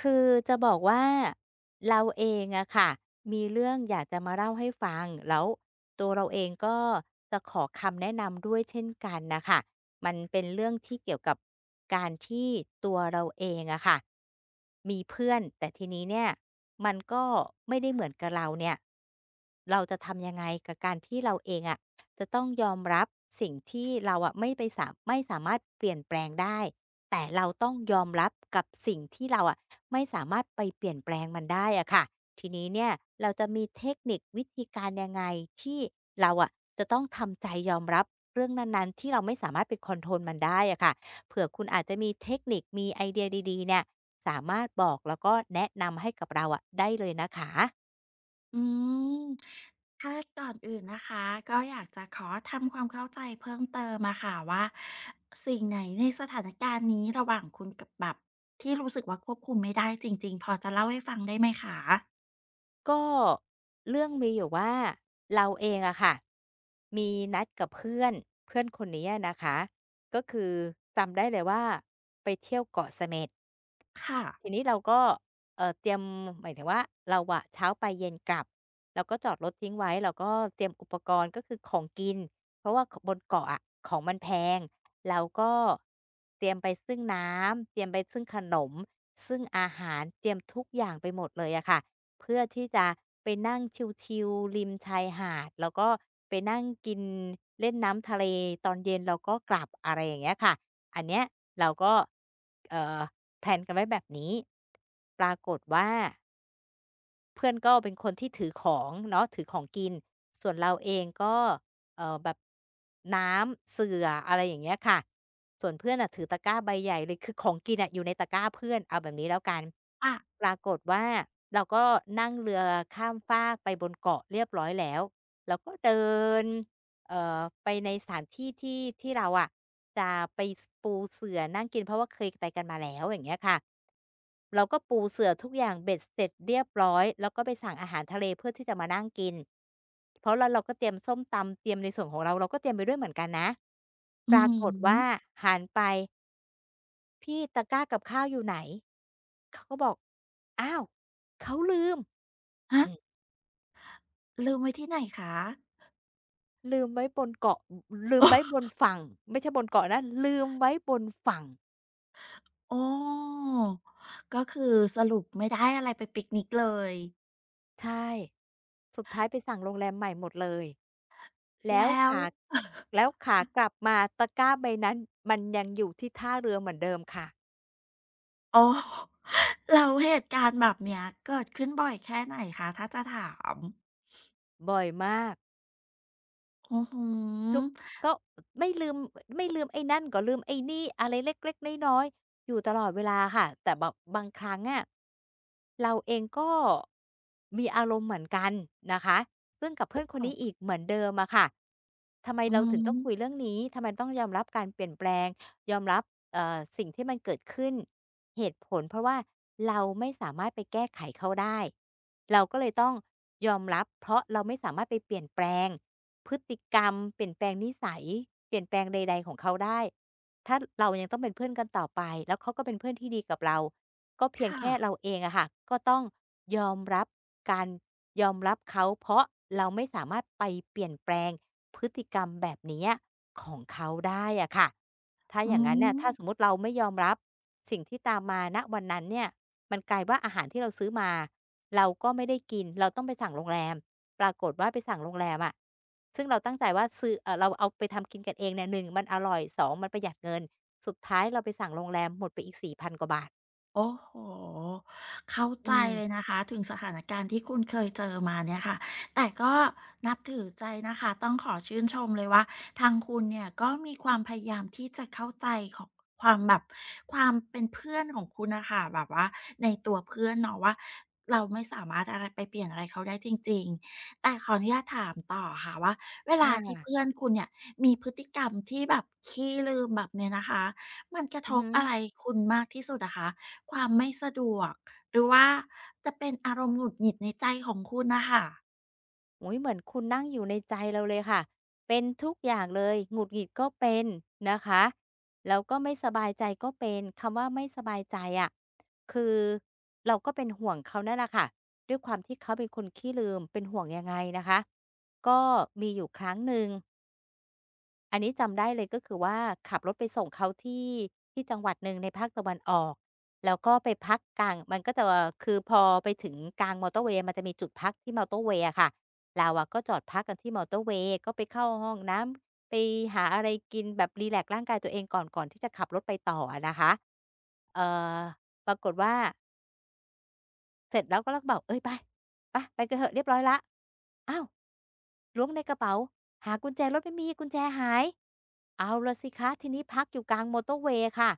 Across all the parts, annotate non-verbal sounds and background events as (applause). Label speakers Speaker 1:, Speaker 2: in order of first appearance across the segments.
Speaker 1: คือจะบอกว่าเราเองอะค่ะมีเรื่องอยากจะมาเล่าให้ฟังแล้วตัวเราเองก็จะขอคำแนะนำด้วยเช่นกันน่ะค่ะมันเป็นเรื่องที่เกี่ยวกับการที่ตัวเราเองอะค่ะมีเพื่อนแต่ทีนี้เนี่ยมันก็ไม่ได้เหมือนกับเราเนี่ยเราจะทำยังไงกับการที่เราเองอะจะต้องยอมรับสิ่งที่เราอะไม่สามารถเปลี่ยนแปลงได้แต่เราต้องยอมรับกับสิ่งที่เราอะ ไม่สามารถไปเปลี่ยนแปลงมันได้อะค่ะทีนี้เนี่ยเราจะมีเทคนิควิธีการยังไงที่เราอะจะต้องทำใจยอมรับเรื่องนั้นๆที่เราไม่สามารถไปคอนโทรลมันได้อะค่ะเผื่อคุณอาจจะมีเทคนิคมีไอเดียดีๆเนี่ยสามารถบอกแล้วก็แนะนำให้กับเราอะได้เลยนะคะ
Speaker 2: อืมถ้าก่อนอื่นนะคะก็อยากจะขอทำความเข้าใจเพิ่มเติมมาค่ะว่าสิ่งไหนในสถานการณ์นี้ระหว่างคุณกับแบบที่รู้สึกว่าควบคุมไม่ได้จริงๆพอจะเล่าให้ฟังได้ไหมคะ
Speaker 1: ก็เรื่องมีอยู่ว่าเราเองอะค่ะมีนัดกับเพื่อนเพื่อนคนนี้นะคะก็คือจำได้เลยว่าไปเที่ยวเกาะเสม็ด
Speaker 2: ค่ะ
Speaker 1: ทีนี้เราก็เตรียมหมายถึงว่าเราอะเช้าไปเย็นกลับเราก็จอดรถทิ้งไว้เราก็เตรียมอุปกรณ์ก็คือของกินเพราะว่าขบนเกาะอะของมันแพงเราก็เตรียมไปซึ่งน้ำเตรียมไปซึ่งขนมซึ่งอาหารเตรียมทุกอย่างไปหมดเลยอะค่ะเพื่อที่จะไปนั่งชิลๆริมชายหาดแล้วก็ไปนั่งกินเล่นน้ำทะเลตอนเย็นเราก็กลับอะไรอย่างเงี้ยค่ะ อันเนี้ยเราก็เอ่อแพลนกันไว้แบบนี้ปรากฏว่า เพื่อนก็เป็นคนที่ถือของเนาะถือของกินส่วนเราเองก็แบบน้ำเสื่ออะไรอย่างเงี้ยค่ะส่วนเพื่อนน่ะถือตะกร้าใบใหญ่เลยคือของกินอะอยู่ในตะกร้าเพื่อนเอาแบบนี้แล้วกัน
Speaker 2: อ่ะ
Speaker 1: ปรากฏว่าเราก็นั่งเรือข้ามฟากไปบนเกาะเรียบร้อยแล้วเราก็เดินไปในสถานที่ที่เราอะจะไปสปูเสื่อนั่งกินเพราะว่าเคยไปกันมาแล้วอย่างเงี้ยค่ะ เราก็ปูเสื่อทุกอย่างเบ็ดเสร็จเรียบร้อยแล้วก็ไปสั่งอาหารทะเลเพื่อที่จะมานั่งกินเพราะเราก็เตรียมส้มตำเตรียมในส่วนของเราเราก็เตรียมไปด้วยเหมือนกันนะป
Speaker 2: อือ
Speaker 1: รา
Speaker 2: ฮึ
Speaker 1: กฏว่าหันไปพี่ตะกร้ากับข้าวอยู่ไหนเขาก็บอกอ้าวเขาลืม
Speaker 2: ฮะ
Speaker 1: อืม
Speaker 2: ลืมไว้ที่ไหนคะ
Speaker 1: ลืมไว้บนเกาะอลืมไว้บนฝั่งไม่ใช่บนเกาะนะลืมไว้บนฝั่ง
Speaker 2: อ๋อก็คือสรุปไม่ได้อะไรไปปิกนิกเลย
Speaker 1: ใช่สุดท้ายไปสั่งโรงแรมใหม่หมดเลย แล้ว
Speaker 2: แล้ว
Speaker 1: ขา
Speaker 2: (laughs)
Speaker 1: แล้วขากลับมาตะกร้าใบนั้นมันยังอยู่ที่ท่าเรือเหมือนเดิมค่ะ
Speaker 2: อ๋อแล้วเหตุการณ์แบบเนี้ยเกิดขึ้นบ่อยแค่ไหนคะถ้าจะถาม
Speaker 1: บ่อยมาก
Speaker 2: อื้อฮือ
Speaker 1: ทุกก็ไม่ลืมไม่ลืมไอ้นั่นก็ลืมไอ้นี่อะไรเล็กๆน้อยๆอยู่ตลอดเวลาค่ะแต่แบบบางครั้งอะเราเองก็มีอารมณ์เหมือนกันนะคะซึ่งกับเพื่อนคนนี้
Speaker 2: ค่ะ
Speaker 1: อีกเหมือนเดิมอะค่ะทำไม
Speaker 2: อื
Speaker 1: เราถึงต้องคุย
Speaker 2: ม
Speaker 1: เรื่องนี้ทำไมต้องยอมรับการเปลี่ยนแปลงยอมรับสิ่งที่มันเกิดขึ้นเหตุผลเพราะว่าเราไม่สามารถไปแก้ไขเขาได้เราก็เลยต้องยอมรับเพราะเราไม่สามารถไปเปลี่ยนแปลง พฤติกรรมเปลี่ยนแปลงนิสัยเปลี่ยนแปลงใดๆของเขาได้ถ้าเรายังต้องเป็นเพื่อนกันต่อไปแล้วเขาก็เป็นเพื่อนที่ดีกับเราก็เพียง
Speaker 2: ค่ะ
Speaker 1: แค่เราเองอะค่ะก็ต้องยอมรับการยอมรับเขาเพราะเราไม่สามารถไปเปลี่ยนแปลงพฤติกรรมแบบเนี้ยของเขาได้อะค่ะถ้าอ
Speaker 2: อื
Speaker 1: ย่างงั้นน่ะถ้าสม
Speaker 2: ม
Speaker 1: มุติเราไม่ยอมรับสิ่งที่ตามมาณวันนั้นเนี่ยมันกลายว่าอาหารที่เราซื้อมาเราก็ไม่ได้กินเราต้องไปสั่งโรงแรม ปรากฏว่าไปสั่งโรงแรมอะซึ่งเราตั้งใจว่าซื้อเราเอาไปทำกินกันเองเนี่ยหนึ่งมันอร่อยสองมันประหยัดเงินสุดท้ายเราไปสั่งโรงแรมหมดไปอีก4,000กว่าบาท
Speaker 2: โอ้โหเข้าใจ
Speaker 1: อื
Speaker 2: เลย
Speaker 1: ม
Speaker 2: นะคะถึงสถานการณ์ที่คุณเคยเจอมาเนี่ยค่ะแต่ก็นับถือใจนะคะต้องขอชื่นชมเลยว่าทางคุณเนี่ยก็มีความพยายามที่จะเข้าใจของความแบบความเป็นเพื่อนของคุณน่ะค่ะแบบว่าในตัวเพื่อนเนาะว่าเราไม่สามารถอะไรไปเปลี่ยนอะไรเขาได้จริงๆแต่ขออนุญาตถามต่อค่ะว่าเวลา
Speaker 1: ค่ะ
Speaker 2: ที่เพื่อนคุณเนี่ยมีพฤติกรรมที่แบบขี้ลืมแบบเนี้ยนะคะมันกระ
Speaker 1: อื
Speaker 2: ท
Speaker 1: อ
Speaker 2: บ
Speaker 1: ฮึ
Speaker 2: อะไรคุณมากที่สุดอะคะ ความไม่สะดวกหรือว่าจะเป็นอารมณ์หงุดหงิดในใจของคุณน่ะค่ะ
Speaker 1: โอ้โฮเหมือนคุณนั่งอยู่ในใจเราเลยค่ะเป็นทุกอย่างเลยหงุดหงิดก็เป็นนะคะแล้วก็ไม่สบายใจก็เป็นคำว่าไม่สบายใจอะคือเราก็เป็นห่วงเขานั่นแหละค่ะด้วยความที่เขาเป็นคนขี้ลืมเป็นห่วงยังไงนะคะก็มีอยู่ครั้งหนึ่ง อันนี้จำได้เลยก็คือว่าขับรถไปส่งเขาที่จังหวัดหนึ่งในภาคตะวันออกแล้วก็ไปพักกลางมันก็จะคือพอไปถึงกลางมอเตอร์เวย์มันจะมีจุดพักที่มอเตอร์เวย์อะค่ะเราอะก็จอดพักกันที่มอเตอร์เวย์ก็ไปเข้าห้องน้ำไปหาอะไรกินแบบรีแลกซ์ร่างกายตัวเองก่อนที่จะขับรถไปต่ออะนะคะเอ่อปรากฏว่า เสร็จแล้วก็เราก็บอกเอ้ยไปกันเหอะเรียบร้อยแล้วอ้าวล้วงในกระเป๋าหากุญแจรถไม่มีกุญแจหายเอาล่ะสิคะทีนี้พักอยู่กลางมอเตอร์เวย์ค่ะ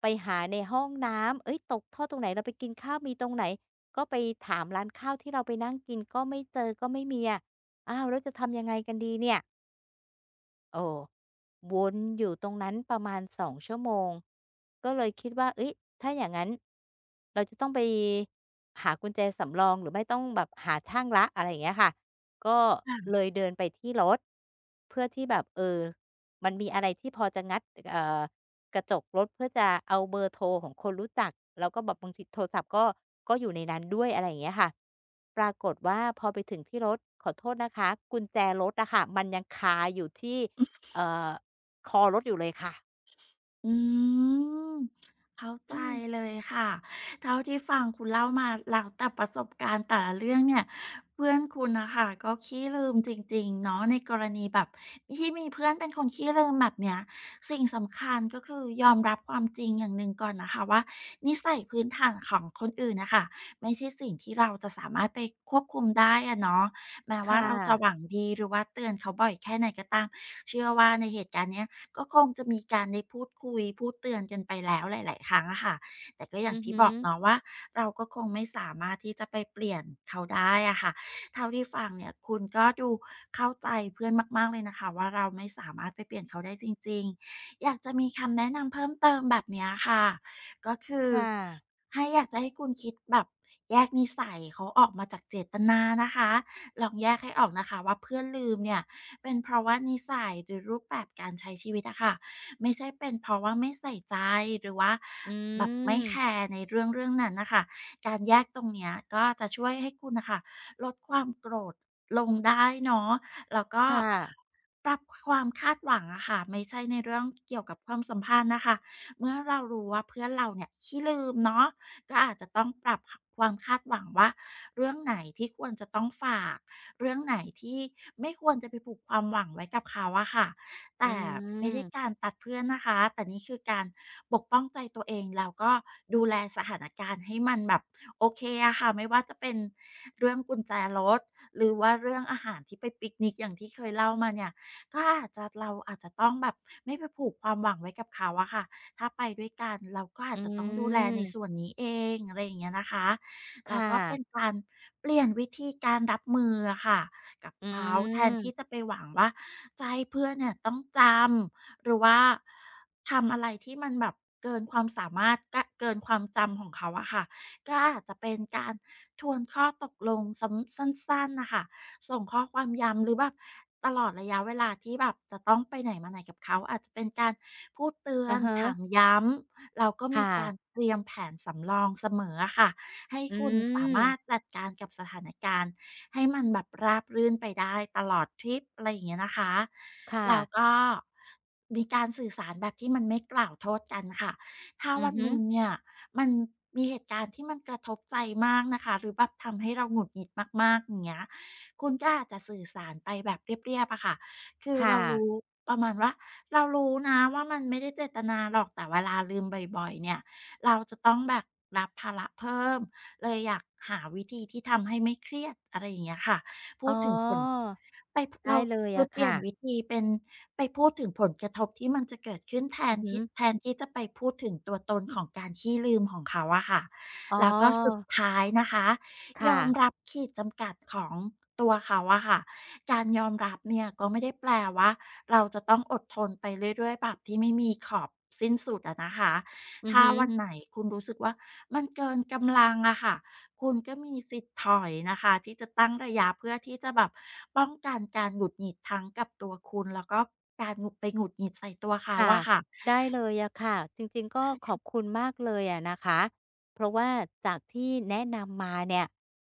Speaker 1: ไปหาในห้องน้ำเฮ้ยตกท่อตรงไหนเราไปกินข้าวมีตรงไหนก็ไปถามร้านข้าวที่เราไปนั่งกินก็ไม่เจอก็ไม่มีอะอ้าวแล้วจะทำยังไงกันดีเนี่ย โอ้วนอยู่ตรงนั้นประมาณ2ชั่วโมงก็เลยคิดว่าเอ้ยถ้าอย่างนั้นเราจะต้องไปหากุญแจสำรองหรือไม่ต้องแบบหาช่างละอะไรอย่างเงี้ยค่ะ ก็เล
Speaker 2: ค่ะ
Speaker 1: ยเดินไปที่รถเพื่อที่แบบเออมันมีอะไรที่พอจะงัดเอ่อกระจกรถเพื่อจะเอาเบอร์โทรของคนรู้จักแล้วก็แบบบางทีโทรศัพท์ก็อยู่ในนั้นด้วยอะไรอย่างเงี้ยค่ะปรากฏว่าพอไปถึงที่รถขอโทษนะคะกุญแจรถอะค่ะมันยังคาอยู่ที่ เอ่อคอรถอยู่เลยค่ะ
Speaker 2: อืมเข้าใจ
Speaker 1: อืม
Speaker 2: เลยค่ะเท่าที่ฟังคุณเล่ามาแล้วแต่ประสบการณ์แต่ละเรื่องเนี่ยเพื่อนคุณน่ะค่ะก็ขี้ลืมจริงๆเนาะในกรณีแบบที่มีเพื่อนเป็นคนขี้ลืมแบบเนี้ยสิ่งสำคัญก็คือยอมรับความจริงอย่างหนึ่งก่อนนะคะว่านิสัยพื้นฐานของคนอื่นน่ะค่ะไม่ใช่สิ่งที่เราจะสามารถไปควบคุมได้อะเนาะ แม้ว่า
Speaker 1: ค่ะ
Speaker 2: เราจะหวังดีหรือว่าเตือนเขาบ่อยแค่ไหนก็ตามเชื่อว่าในเหตุการณ์เนี้ยก็คงจะมีการได้พูดคุยพูดเตือนกันไปแล้วหลายๆครั้งอะค่ะแต่ก็อย่าง
Speaker 1: อือ
Speaker 2: ที่
Speaker 1: ฮึ
Speaker 2: บอกเนาะว่าเราก็คงไม่สามารถที่จะไปเปลี่ยนเขาได้อะค่ะเท่าที่ฟังเนี่ยคุณก็ดูเข้าใจเพื่อนมากๆเลยนะคะว่าเราไม่สามารถไปเปลี่ยนเขาได้จริงๆอยากจะมีคำแนะนำเพิ่มเติมแบบเนี้ยค่ะก็คือ
Speaker 1: ค่ะ
Speaker 2: ให้อยากจะให้คุณคิดแบบแยกนิสัยเขาออกมาจากเจตนานะคะ ลองแยกให้ออกนะคะว่าเพื่อนลืมเนี่ยเป็นเพราะว่านิสัยหรือรูปแบบการใช้ชีวิตอะค่ะไม่ใช่เป็นเพราะว่าไม่ใส่ใจหรือว่า
Speaker 1: อื
Speaker 2: แบบไม่แค
Speaker 1: ม
Speaker 2: ร์ในเรื่องนั้นนะคะการแยกตรงเนี้ยก็จะช่วยให้คุณนะคะลดความโกรธลงได้เนาะแล้วก็
Speaker 1: ค่ะ
Speaker 2: ปรับความคาดหวังอะค่ะไม่ใช่ในเรื่องเกี่ยวกับความสัมพันธ์นะคะ เมื่อเรารู้ว่าเพื่อนเราเนี่ยขี้ลืมเนาะก็อาจจะต้องปรับความคาดหวังว่าเรื่องไหนที่ควรจะต้องฝากเรื่องไหนที่ไม่ควรจะไปผูกความหวังไว้กับเขาอะค่ะ
Speaker 1: อื
Speaker 2: แต่ไม่
Speaker 1: ม
Speaker 2: ใช่การตัดเพื่อนนะคะแต่นี่คือการปกป้องใจตัวเองแล้วก็ดูแลสถานการณ์ให้มันแบบโอเคอะค่ะไม่ว่าจะเป็นเรื่องกุญแจรถหรือว่าเรื่องอาหารที่ไปปิกนิกอย่างที่เคยเล่ามาเนี่ยก็อาจจะเราอาจจะต้องแบบไม่ไปผูกความหวังไว้กับเขาอะค่ะ ถ้าไปด้วยกันเราก็อา
Speaker 1: อื
Speaker 2: จจะต้องดูแลในส่ว
Speaker 1: ม
Speaker 2: นนี้เองอะไรอย่างเงี้ยนะคะแล้ว
Speaker 1: ค่ะ
Speaker 2: ก็เป็นการเปลี่ยนวิธีการรับมืออะค่ะกับ
Speaker 1: อื
Speaker 2: เขาแทนที่จะ
Speaker 1: ม
Speaker 2: ไปหวังว่าจะให้เพื่อนเนี่ยต้องจำหรือว่าทำอะไรที่มันแบบเกินความสามารถกะเกินความจำของเขาอะค่ะก็อาจจะเป็นการทวนข้อตกลงซ้ำสั้นๆนะคะ ส่งข้อความย้ำหรือแบบตลอดระยะเวลาที่แบบจะต้องไปไหนมาไหนกับเขาอาจจะเป็นการพูดเตือ
Speaker 1: อะ
Speaker 2: น
Speaker 1: ฮะ
Speaker 2: ถามย้ำแล้วก็มี
Speaker 1: ค่ะ
Speaker 2: การเตรียมแผนสำรองเสมออะค่ะให้
Speaker 1: อื
Speaker 2: คุณสา
Speaker 1: ม
Speaker 2: มารถจัดการกับสถานการณ์ให้มันแบบราบรื่นไปได้ตลอดทริปอะไรอย่างเงี้ยนะคะ
Speaker 1: ค่ะ
Speaker 2: แล้วก็มีการสื่อสารแบบที่มันไม่กล่าวโทษกันค่ะ ถ้า
Speaker 1: อื
Speaker 2: วั
Speaker 1: อ
Speaker 2: นห
Speaker 1: ฮึ
Speaker 2: นึ่งเนี่ยมันมีเหตุการณ์ที่มันกระทบใจมากนะคะหรือแบบทำให้เราหงุดหงิดมากๆอย่างเงี้ยคุณก็อาจจะสื่อสารไปแบบเรียบๆอะค่ะคือ
Speaker 1: ค่ะ
Speaker 2: เรารู้ประมาณว่าเรารู้นะว่ามันไม่ได้เจตนาหรอกแต่เวลาลืมบ่อยๆเนี่ยเราจะต้องแบบรับภาระเพิ่มเลยอยากหาวิธีที่ทำให้ไม่เครียดอะไรอย่างเงี้ยค่ะพู
Speaker 1: อ๋อ
Speaker 2: ดถึงผล ไป
Speaker 1: ได้
Speaker 2: เรา
Speaker 1: เลย
Speaker 2: คือ
Speaker 1: อะ
Speaker 2: เปลี่ยน
Speaker 1: ค่ะ
Speaker 2: วิธีเป็นไปพูดถึงผลกระทบที่มันจะเกิดขึ้น
Speaker 1: อือฮึ
Speaker 2: แทนที่จะไปพูดถึงตัวตนของการขี้ลืมของเขาอะค่ะ
Speaker 1: อ๋
Speaker 2: แล้วก็สุด
Speaker 1: อ
Speaker 2: ท้ายนะคะยอ
Speaker 1: ค่ะ
Speaker 2: มรับขีดจำกัดของตัวเขาอะค่ะการยอมรับเนี่ยก็ไม่ได้แปลว่าเราจะต้องอดทนไปเรื่อยๆแบบที่ไม่มีขอบสิ้นสุดอะนะคะ
Speaker 1: อือ
Speaker 2: ถ้า
Speaker 1: ฮึ
Speaker 2: วันไหนคุณรู้สึกว่ามันเกินกำลังอะค่ะ คุณก็มีสิทธิ์ถอยนะคะที่จะตั้งระยะเพื่อที่จะแบบป้องกันการหงุดหงิดทั้งกับตัวคุณแล้วก็การหงุดไปหงุดหงิดใส่ตัวเขา
Speaker 1: ค่ะ
Speaker 2: อะค่ะ
Speaker 1: ได้เลยอะค่ะจริงๆก็ขอบคุณมากเลยอะนะคะเพราะว่าจากที่แนะนำมาเนี่ย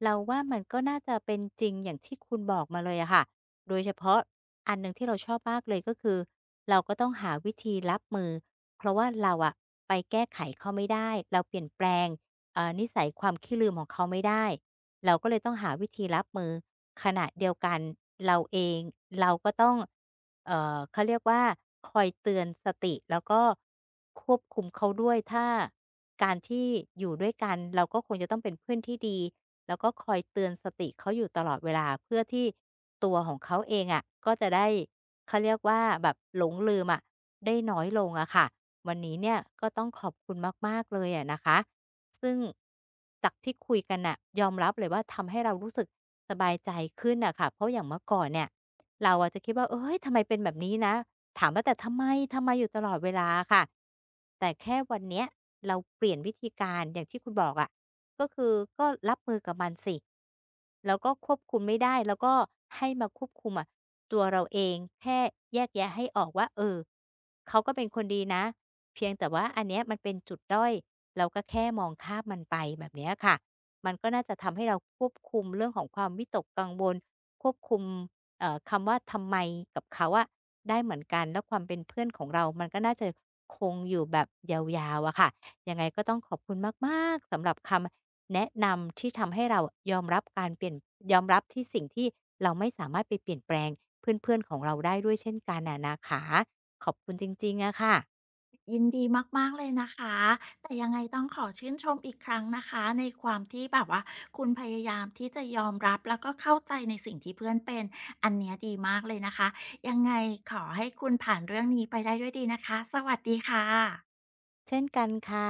Speaker 1: เราว่ามันก็น่าจะเป็นจริงอย่างที่คุณบอกมาเลยอะค่ะโดยเฉพาะอันหนึ่งที่เราชอบมากเลยก็คือเราก็ต้องหาวิธีรับมือเพราะว่าเราอะไปแก้ไขเขาไม่ได้เราเปลี่ยนแปลงนิสัยความขี้ลืมของเขาไม่ได้ เราก็เลยต้องหาวิธีรับมือขณะเดียวกันเราเองเราก็ต้องเขาเรียกว่าคอยเตือนสติแล้วก็ควบคุมเขาด้วยถ้าการที่อยู่ด้วยกันเราก็คงจะต้องเป็นเพื่อนที่ดีแล้วก็คอยเตือนสติเขาอยู่ตลอดเวลาเพื่อที่ตัวของเขาเองอะก็จะได้เขาเรียกว่าแบบหลงลืมอะได้น้อยลงอะค่ะวันนี้เนี่ยก็ต้องขอบคุณมากๆเลยอะนะคะ ซึ่งจากที่คุยกันน่ะยอมรับเลยว่าทำให้เรารู้สึกสบายใจขึ้นน่ะค่ะเพราะอย่างเมื่อก่อนเนี่ยเราอะจะคิดว่าเฮ้ยทำไมเป็นแบบนี้นะถามว่าแต่ทำไมทำไมอยู่ตลอดเวลาอะค่ะแต่แค่วันเนี้ยเราเปลี่ยนวิธีการอย่างที่คุณบอกอะก็คือก็รับมือกับมันสิแล้วก็ควบคุมไม่ได้แล้วก็ให้มาควบคุมอะตัวเราเองแค่แยกแยะให้ออกว่าเออเขาก็เป็นคนดีนะเพียงแต่ว่าอันเนี้ยมันเป็นจุดด้อย เราก็แค่มองข้ามมันไปแบบเนี้ยค่ะมันก็น่าจะทำให้เราควบคุมเรื่องของความวิตกกังวลควบคุมคำว่าทำไมกับเขาอะได้เหมือนกันแล้วความเป็นเพื่อนของเรามันก็น่าจะคงอยู่แบบยาวๆอะค่ะยังไงก็ต้องขอบคุณมากๆสำหรับคำแนะนำที่ทำให้เรายอมรับการเปลี่ยนยอมรับที่สิ่งที่เราไม่สามารถไปเปลี่ยนแปลงเพื่อนๆของเราได้ด้วยเช่นกันอะนะคะขอบคุณจริงๆอะค่ะ
Speaker 2: ยินดีมากๆเลยนะคะแต่ยังไงต้องขอชื่นชมอีกครั้งนะคะในความที่แบบว่าคุณพยายามที่จะยอมรับแล้วก็เข้าใจในสิ่งที่เพื่อนเป็นอันเนี้ยดีมากเลยนะคะยังไงขอให้คุณผ่านเรื่องนี้ไปได้ด้วยดีนะคะสวัสดีค่ะ
Speaker 1: เช่นกันค่ะ